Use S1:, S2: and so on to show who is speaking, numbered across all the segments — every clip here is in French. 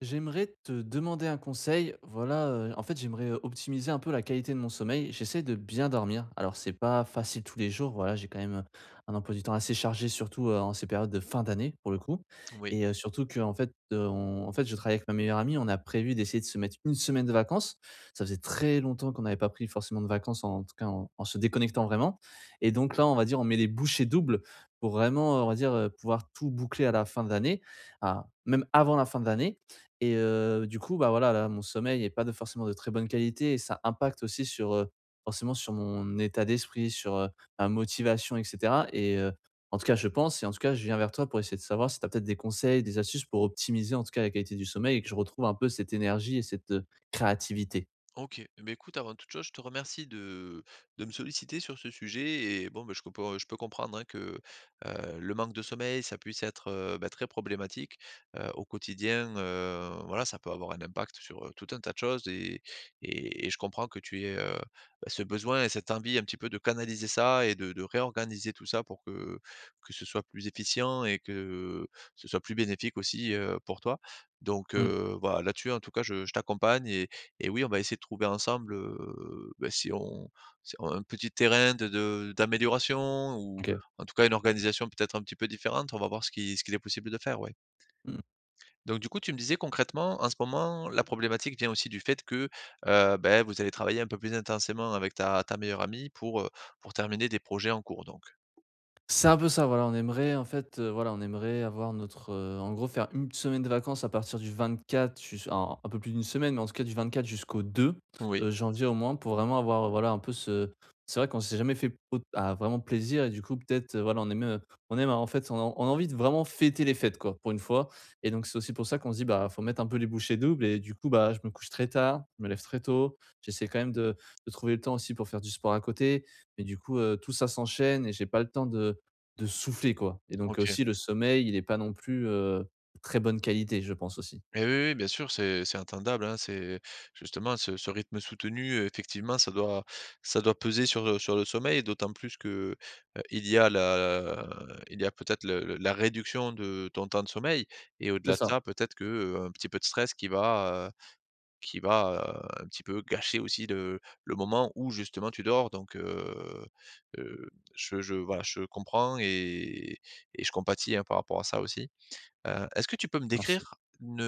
S1: J'aimerais te demander un conseil. Voilà, en fait, j'aimerais, optimiser un peu la qualité de mon sommeil. J'essaie de bien dormir. Alors c'est pas facile tous les jours, voilà, j'ai quand même, un emploi du temps assez chargé, surtout, en ces périodes de fin d'année, pour le coup,
S2: Oui,
S1: et surtout que, en fait, je travaille avec ma meilleure amie. On a prévu d'essayer de se mettre une semaine de vacances. Ça faisait très longtemps qu'on n'avait pas pris forcément de vacances, en tout cas en se déconnectant vraiment, et donc là, on va dire, on met les bouchées doubles pour vraiment, on va dire, pouvoir tout boucler à la fin de l'année, à même avant la fin de l'année. Et du coup, bah, voilà, là, mon sommeil n'est pas de forcément de très bonne qualité, et ça impacte aussi sur, forcément sur mon état d'esprit, sur, ma motivation et cetera, et en tout cas, je pense et en tout cas, je viens vers toi pour essayer de savoir si tu as peut-être des conseils, des astuces pour optimiser, en tout cas, la qualité du sommeil et que je retrouve un peu cette énergie et cette, créativité.
S2: OK. Mais écoute, avant toute chose, je te remercie de me solliciter sur ce sujet et bon, bah, je peux comprendre, hein, que, le manque de sommeil, ça puisse être, bah, très problématique, au quotidien, voilà, ça peut avoir un impact sur, tout un tas de choses et je comprends que tu aies, bah, ce besoin et cette envie un petit peu de canaliser ça et de réorganiser tout ça pour que ce soit plus efficient et que ce soit plus bénéfique aussi, pour toi. Donc
S1: Mmh,
S2: heu, voilà, là-dessus, en tout cas, je t'accompagne Et oui, on va essayer de trouver ensemble, bah, si on un petit terrain de d'amélioration ou
S1: OK.
S2: en tout cas une organisation peut-être un petit peu différente. On va voir ce qu'il est possible de faire, ouais.
S1: Mmh.
S2: Donc du coup, tu me disais concrètement, en ce moment, la problématique vient aussi du fait que, beh, vous allez travailler un peu plus intensément avec ta meilleure amie pour terminer des projets en cours donc?
S1: C'est un peu ça, voilà, on aimerait en fait, voilà, on aimerait avoir notre, en gros faire une semaine de vacances à partir du 24 jus un peu plus d'une semaine, mais en tout cas du 24 jusqu'au 2,
S2: Oui,
S1: janvier au moins, pour vraiment avoir, voilà un peu ce, c'est vrai qu'on s'est jamais fait aut ah vraiment plaisir. Et du coup peut-être, voilà on aime en fait, on a envie de vraiment fêter les fêtes quoi, pour une fois. Et donc c'est aussi pour ça qu'on se dit: «Bah, faut mettre un peu les bouchées doubles». Et du coup, bah, je me couche très tard, je me lève très tôt, j'essaie quand même de trouver le temps aussi pour faire du sport à côté. Mais du coup, tout ça s'enchaîne et j'ai pas le temps de souffler, quoi. Et donc
S2: OK.
S1: aussi le sommeil, il est pas non plus, très bonne qualité, je pense aussi.
S2: Et oui, oui, bien sûr, c'est intenable, hein, c'est justement ce rythme soutenu, effectivement, ça doit peser sur, sur le sommeil, d'autant plus que, heu, il y a la il y a peut-être le la réduction de ton temps de sommeil et
S1: C'est
S2: au-delà de
S1: ça,
S2: ça, peut-être que, un petit peu de stress qui va, un petit peu gâcher aussi le moment où justement tu dors donc heu, je voilà, je comprends et je compatis, hein, par rapport à ça aussi. Est-ce que tu peux me
S1: merci.
S2: décrire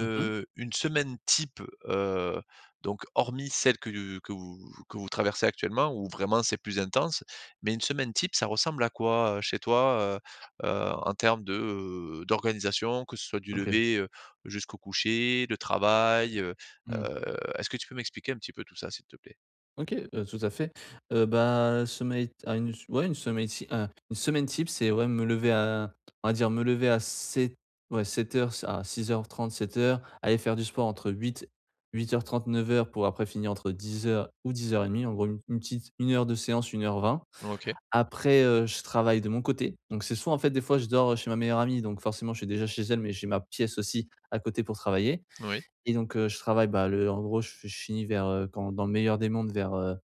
S1: Mmh,
S2: une semaine type, heu, donc hormis celle que vous traversez actuellement où vraiment c'est plus intense, mais une semaine type, ça ressemble à quoi, chez toi, en termes de, d'organisation, que ce soit du
S1: OK.
S2: lever, jusqu'au coucher, le travail,
S1: Mmh.
S2: est-ce que tu peux m'expliquer un petit peu tout ça, s'il te plaît?
S1: OK, tout à fait. Bah, sommeil à une ouais, une sommeil ti un une semaine type, c'est ouais, me lever à, on va dire, me lever à sept, ouais, 7 heures, à 6 heures 30, sept heures, aller faire du sport entre huit, 8 heures 30, 9 heures, pour après finir entre 10 heures ou 10:30. En gros, une petite, une heure de séance, une heure vingt.
S2: OK,
S1: Après, je travaille de mon côté. Donc c'est soit, en fait, des fois je dors chez ma meilleure amie, donc forcément je suis déjà chez elle, mais j'ai ma pièce aussi à côté pour travailler.
S2: oui,
S1: Et donc je travaille, bah, le, en gros, je finis vers, quand dans le meilleur des mondes, vers, heu,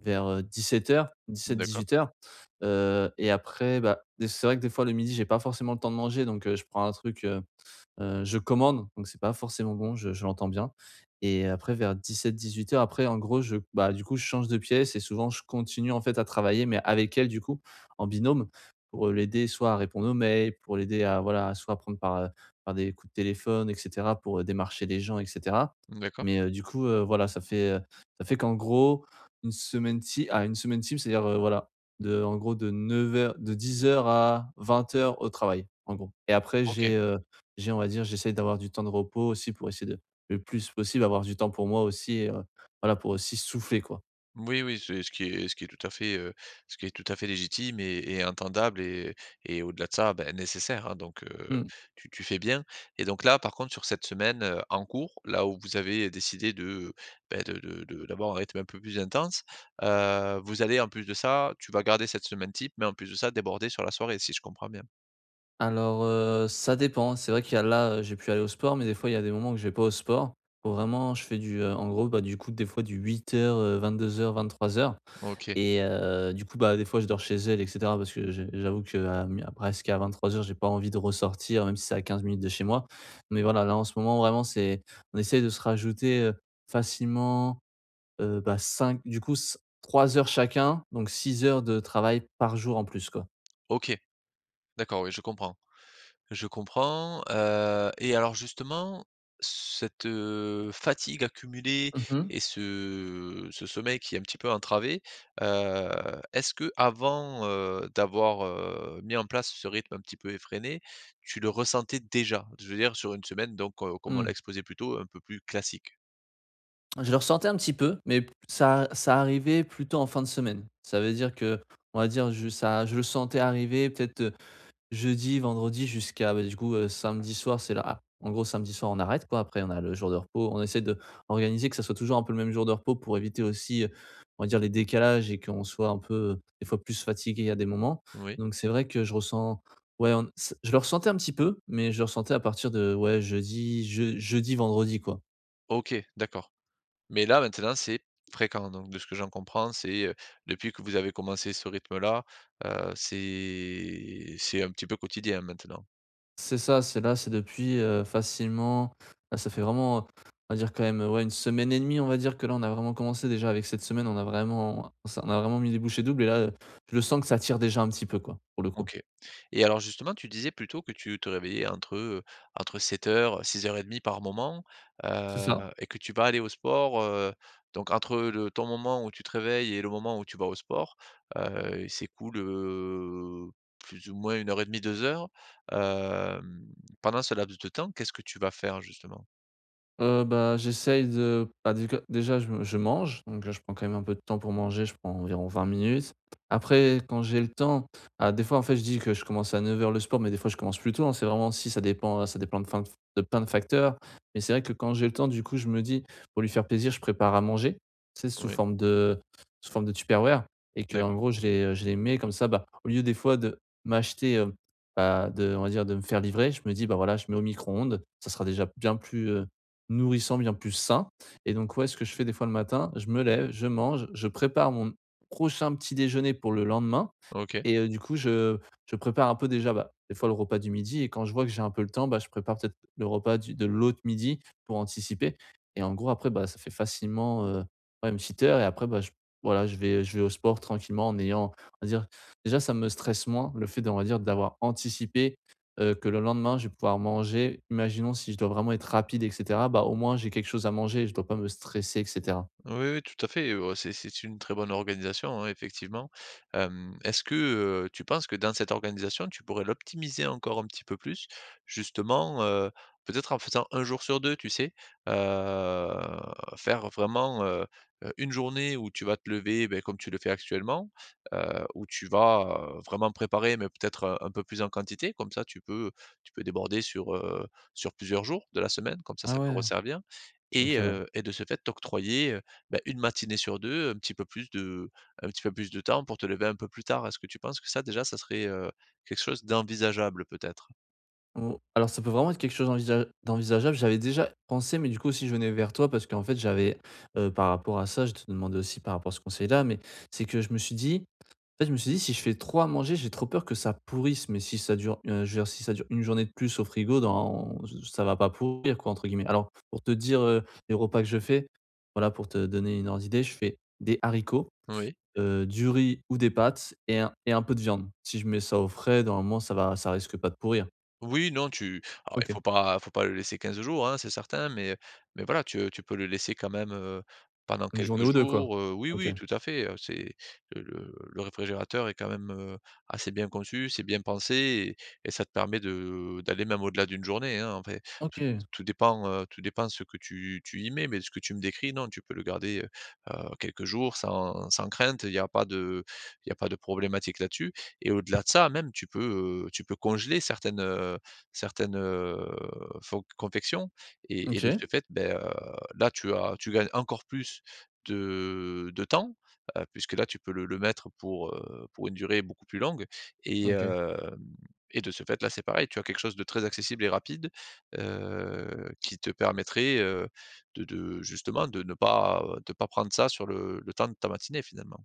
S1: vers, heu, 17:00,
S2: d'accord,
S1: 17-18:00 heures. Et après, bah, des, c'est vrai que des fois le midi j'ai pas forcément le temps de manger, donc je prends un truc. Je commande, donc c'est pas forcément bon, je l'entends bien. Et après vers 17, 18 heures, après en gros je, bah, du coup je change de pièce et souvent je continue, en fait, à travailler mais avec elle, du coup, en binôme, pour l'aider soit à répondre aux mails, pour l'aider à, voilà, soit à prendre par, par des coups de téléphone et cetera, pour, démarcher les gens et cetera.
S2: d'accord,
S1: Mais, voilà, ça fait qu'en gros, une semaine ti, ah, une semaine type, c'est-à-dire, voilà, de, en gros, de 9 heures, de 10 heures à 20 heures au travail, en gros. Et après
S2: OK.
S1: j'ai, on va dire, j'essaie d'avoir du temps de repos aussi pour essayer de, le plus possible, avoir du temps pour moi aussi, et voilà, pour aussi souffler, quoi.
S2: Oui, oui, c'est ce qui est tout à fait, ce qui est tout à fait légitime et entendable et au-delà de ça, ben, nécessaire, hein, donc
S1: Mmh.
S2: tu fais bien et donc là, par contre, sur cette semaine, en cours, là où vous avez décidé beh, de d'avoir un rythme un peu plus intense, vous allez en plus de ça tu vas garder cette semaine type, mais en plus de ça, déborder sur la soirée, si je comprends bien?
S1: Alors, ça dépend. C'est vrai qu'il y a là, j'ai pu aller au sport, mais des fois, il y a des moments où je vais pas au sport. Où vraiment, je fais du, en gros, bah, du coup, des fois du 8 heures, 22 heures, 23 heures.
S2: OK.
S1: Et du coup, bah, des fois, je dors chez elle et cetera, parce que j'ai, j'avoue qu'à mi, à presque à 23 heures, j'ai pas envie de ressortir, même si c'est à 15 minutes de chez moi. Mais voilà, là, en ce moment, vraiment, c'est on essaye de se rajouter, facilement. Cinq du coup c 3 heures chacun, donc 6 heures de travail par jour en plus, quoi.
S2: OK, d'accord, oui, je comprends. Je comprends, et alors justement, cette, fatigue accumulée
S1: Mmh mh.
S2: et ce sommeil qui est un petit peu entravé, heu, est-ce qu'avant, d'avoir, mis en place ce rythme un petit peu effréné, tu le ressentais déjà? Je veux dire sur une semaine donc, comme on l'a
S1: Mmh.
S2: exposé plus tôt, un peu plus classique?
S1: Je le ressentais un petit peu, mais ça arrivait plutôt en fin de semaine. Ça veut dire que, on va dire, je ça je le sentais arriver peut-être, jeudi, vendredi, jusqu'à, bah, du coup, samedi soir, c'est là, ah, en gros, samedi soir, on arrête, quoi. Après, on a le jour de repos. On essaie de organiser que ça soit toujours un peu le même jour de repos pour éviter aussi, on va dire, les décalages et qu'on soit un peu, des fois plus fatigué à des moments.
S2: Oui.
S1: Donc c'est vrai que je ressens, ouais, on c je le ressentais un petit peu, mais je le ressentais à partir de, ouais, jeudi je, jeudi, vendredi, quoi.
S2: OK, d'accord. Mais là, maintenant, c'est fréquent. Donc, de ce que j'en comprends, c'est, depuis que vous avez commencé ce rythme-là, c'est un petit peu quotidien maintenant.
S1: C'est ça, c'est là, c'est depuis, facilement, là, ça fait vraiment, on va dire quand même, ouais, une semaine et demie. On va dire que là, on a vraiment commencé déjà avec cette semaine, on a vraiment ça on a vraiment mis les bouchées doubles, et là, je le sens que ça tire déjà un petit peu, quoi, pour le coup.
S2: OK. Et alors justement, tu disais plutôt que tu te réveillais entre 7:00, 6:30 par moment,
S1: C'est
S2: heu,
S1: ça.
S2: et que tu vas aller au sport, donc entre le ton moment où tu te réveilles et le moment où tu vas au sport, il s'écoule, plus ou moins une heure et demie, 2 heures. Hem, pendant ce laps de temps, qu'est-ce que tu vas faire justement?
S1: J'essaye de, bah, déc, déjà je me, je mange, donc je prends quand même un peu de temps pour manger, je prends environ 20 minutes. Après quand j'ai le temps, ah, des fois, en fait, je dis que je commence à 9 heures le sport, mais des fois je commence plus tôt, hein, c'est vraiment si ça dépend, ça dépend de fin, de plein de facteurs. Mais c'est vrai que quand j'ai le temps, du coup, je me dis: «Pour lui faire plaisir, je prépare à manger», c'est
S2: Oui,
S1: sous forme de Tupperware. Et que, en
S2: d'accord,
S1: gros, je les mets comme ça, bah, au lieu des fois de m'acheter, bah, de, on va dire, de me faire livrer, je me dis: «Bah, voilà, je mets au micro-ondes, ça sera déjà bien plus, nourrissant, bien plus sain». Et donc ouais, ce que je fais des fois le matin, je me lève, je mange, je prépare mon prochain petit déjeuner pour le lendemain.
S2: OK.
S1: Et du coup, je prépare un peu déjà, bah, des fois le repas du midi, et quand je vois que j'ai un peu le temps, bah, je prépare peut-être le repas du, de l'autre midi, pour anticiper. Et en gros après, bah, ça fait facilement, ouais, une petite heure. Et après, bah, je, voilà, je vais au sport tranquillement, en ayant, on va dire, déjà ça me stresse moins le fait de, on va dire, d'avoir anticipé, que le lendemain je vais pouvoir manger. Imaginons, si je dois vraiment être rapide et cetera, bah, au moins j'ai quelque chose à manger et je ne dois pas me stresser et cetera.
S2: Oui, oui, tout à fait, c'est une très bonne organisation, hein, effectivement. Est-ce que, tu penses que dans cette organisation, tu pourrais l'optimiser encore un petit peu plus? Justement, peut-être en faisant un jour sur 2, tu sais? Heu, faire vraiment, une journée où tu vas te lever, beh, comme tu le fais actuellement, où tu vas, vraiment préparer, mais peut-être, un peu plus en quantité. Comme ça, tu peux déborder sur, sur plusieurs jours de la semaine, comme ça,
S1: Ah
S2: ça peut
S1: ouais,
S2: resservir et
S1: OK, ouais.
S2: heu et de ce fait, t'octroyer, bah, une matinée sur 2, un petit peu plus de temps pour te lever un peu plus tard. Est-ce que tu penses que ça déjà, ça serait, quelque chose d'envisageable peut-être?
S1: Ou alors ça peut vraiment être quelque chose d'envisageable. J'avais déjà pensé, mais du coup aussi je venais vers toi parce qu'en fait j'avais, par rapport à ça, je te demandais aussi par rapport à ce conseil-là. Mais c'est que je me suis dit, en fait, je me suis dit: «Si je fais trop à manger, j'ai trop peur que ça pourrisse, mais si ça dure, je veux dire, si ça dure une journée de plus au frigo dans, ça va pas pourrir, quoi» entre guillemets. Alors pour te dire, les repas que je fais, voilà, pour te donner une ordre d'idée, je fais des haricots,
S2: Oui.
S1: du riz ou des pâtes, et un peu de viande. Si je mets ça au frais, normalement ça va, ça risque pas de pourrir.
S2: Oui, non, tu alors il faut
S1: OK.
S2: pas faut pas le laisser 15 jours, hein, c'est certain, mais voilà, tu peux le laisser quand même, pendant
S1: Une journée
S2: quelques
S1: ou deux, quoi?
S2: jours, oui,
S1: OK.
S2: oui, tout à fait, c'est le réfrigérateur est quand même, assez bien conçu, c'est bien pensé et ça te permet de d'aller même au-delà d'une journée, hein, en fait. Tout
S1: OK,
S2: tout dépend ce que tu y mets, mais ce que tu me décris, non, tu peux le garder, quelques jours sans crainte, il y a pas de problématique là-dessus et au-delà de ça, même tu peux congeler certaines, fonc confections et de
S1: OK,
S2: ce fait, ben là tu gagnes encore plus de temps, puisque là tu peux le mettre pour une durée beaucoup plus longue et
S1: OK,
S2: hem et de ce fait, là, c'est pareil, tu as quelque chose de très accessible et rapide, qui te permettrait, de justement de pas prendre ça sur le temps de ta matinée finalement.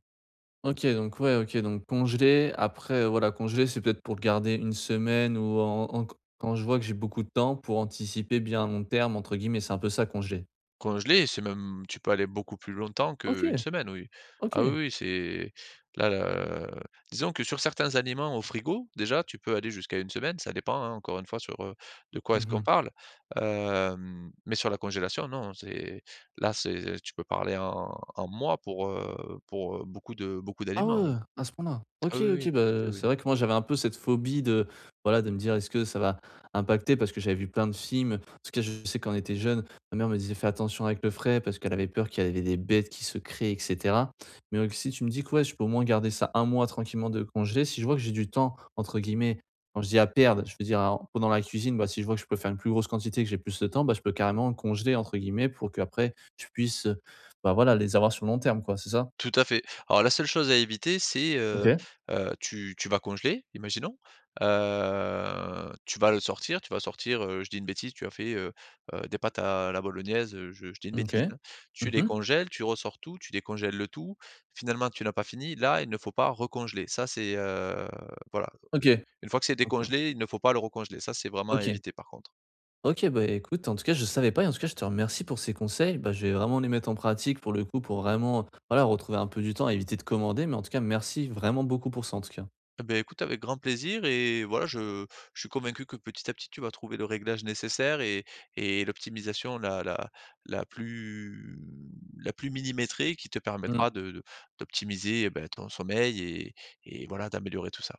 S1: OK, donc ouais, OK, donc congelé après, voilà, congelé, c'est peut-être pour le garder une semaine ou, en en, quand je vois que j'ai beaucoup de temps pour anticiper bien «à long terme» entre guillemets, c'est un peu ça, congelé.
S2: Congelé, c'est même tu peux aller beaucoup plus longtemps qu'une
S1: OK,
S2: semaine, oui. Ah oui,
S1: OK.
S2: oui, c'est là, là, disons que sur certains aliments au frigo, déjà, tu peux aller jusqu'à une semaine, ça dépend, hein, encore une fois, sur, de quoi est-ce qu'on
S1: Mmh.
S2: parle. Mais sur la congélation, non, c'est là, c'est tu peux parler en mois pour beaucoup
S1: Ah
S2: d'aliments,
S1: ouais,
S2: oui.
S1: à ce point-là.
S2: Ah
S1: OK,
S2: oui,
S1: OK,
S2: oui, tout à
S1: bah,
S2: fait,
S1: c'est
S2: oui.
S1: vrai que moi j'avais un peu cette phobie de, voilà, de me dire: «Est-ce que ça va impacter ?» parce que j'avais vu plein de films. En tout cas, je sais, quand on était jeune, ma mère me disait: «Fais attention avec le frais», parce qu'elle avait peur qu'il y avait des bêtes qui se créent et cetera. Mais si tu me dis que ouais, je peux au moins garder ça un mois tranquillement de congé, si je vois que j'ai du temps entre guillemets, quand je dis «à perdre», je veux dire en pendant la cuisine, bah, si je vois que je peux faire une plus grosse quantité, que j'ai plus de temps, bah, je peux carrément «congeler» entre guillemets, pour qu'après je puisse, bah, voilà, les avoir sur le long terme, quoi, c'est ça?
S2: Tout à fait. Alors la seule chose à éviter, c'est,
S1: OK.
S2: tu vas congeler, imaginons, tu vas le sortir, je dis une bêtise, tu as fait, des pâtes à la bolognaise, je dis une bêtise,
S1: OK.
S2: hein. Tu
S1: Mmh
S2: les
S1: mh.
S2: congèles, tu ressors tout, tu décongèles le tout. Finalement, tu n'as pas fini. Là, il ne faut pas recongeler. Ça, c'est, voilà.
S1: OK.
S2: Une fois que c'est décongelé, il ne faut pas le recongeler. Ça, c'est vraiment à
S1: OK.
S2: éviter, par contre.
S1: OK, bah, écoute, en tout cas, je savais pas, et en tout cas, je te remercie pour ces conseils. Bah, je vais vraiment les mettre en pratique pour le coup, pour vraiment, voilà, retrouver un peu du temps, éviter de commander. Mais en tout cas, merci vraiment beaucoup pour ça, en tout cas.
S2: Eh beh, écoute avec grand plaisir et voilà, je suis convaincu que petit à petit tu vas trouver le réglage nécessaire et l'optimisation la plus la plus millimétrée qui te
S1: Mmh.
S2: permettra de d'optimiser, eh ben, ton sommeil et voilà d'améliorer tout ça.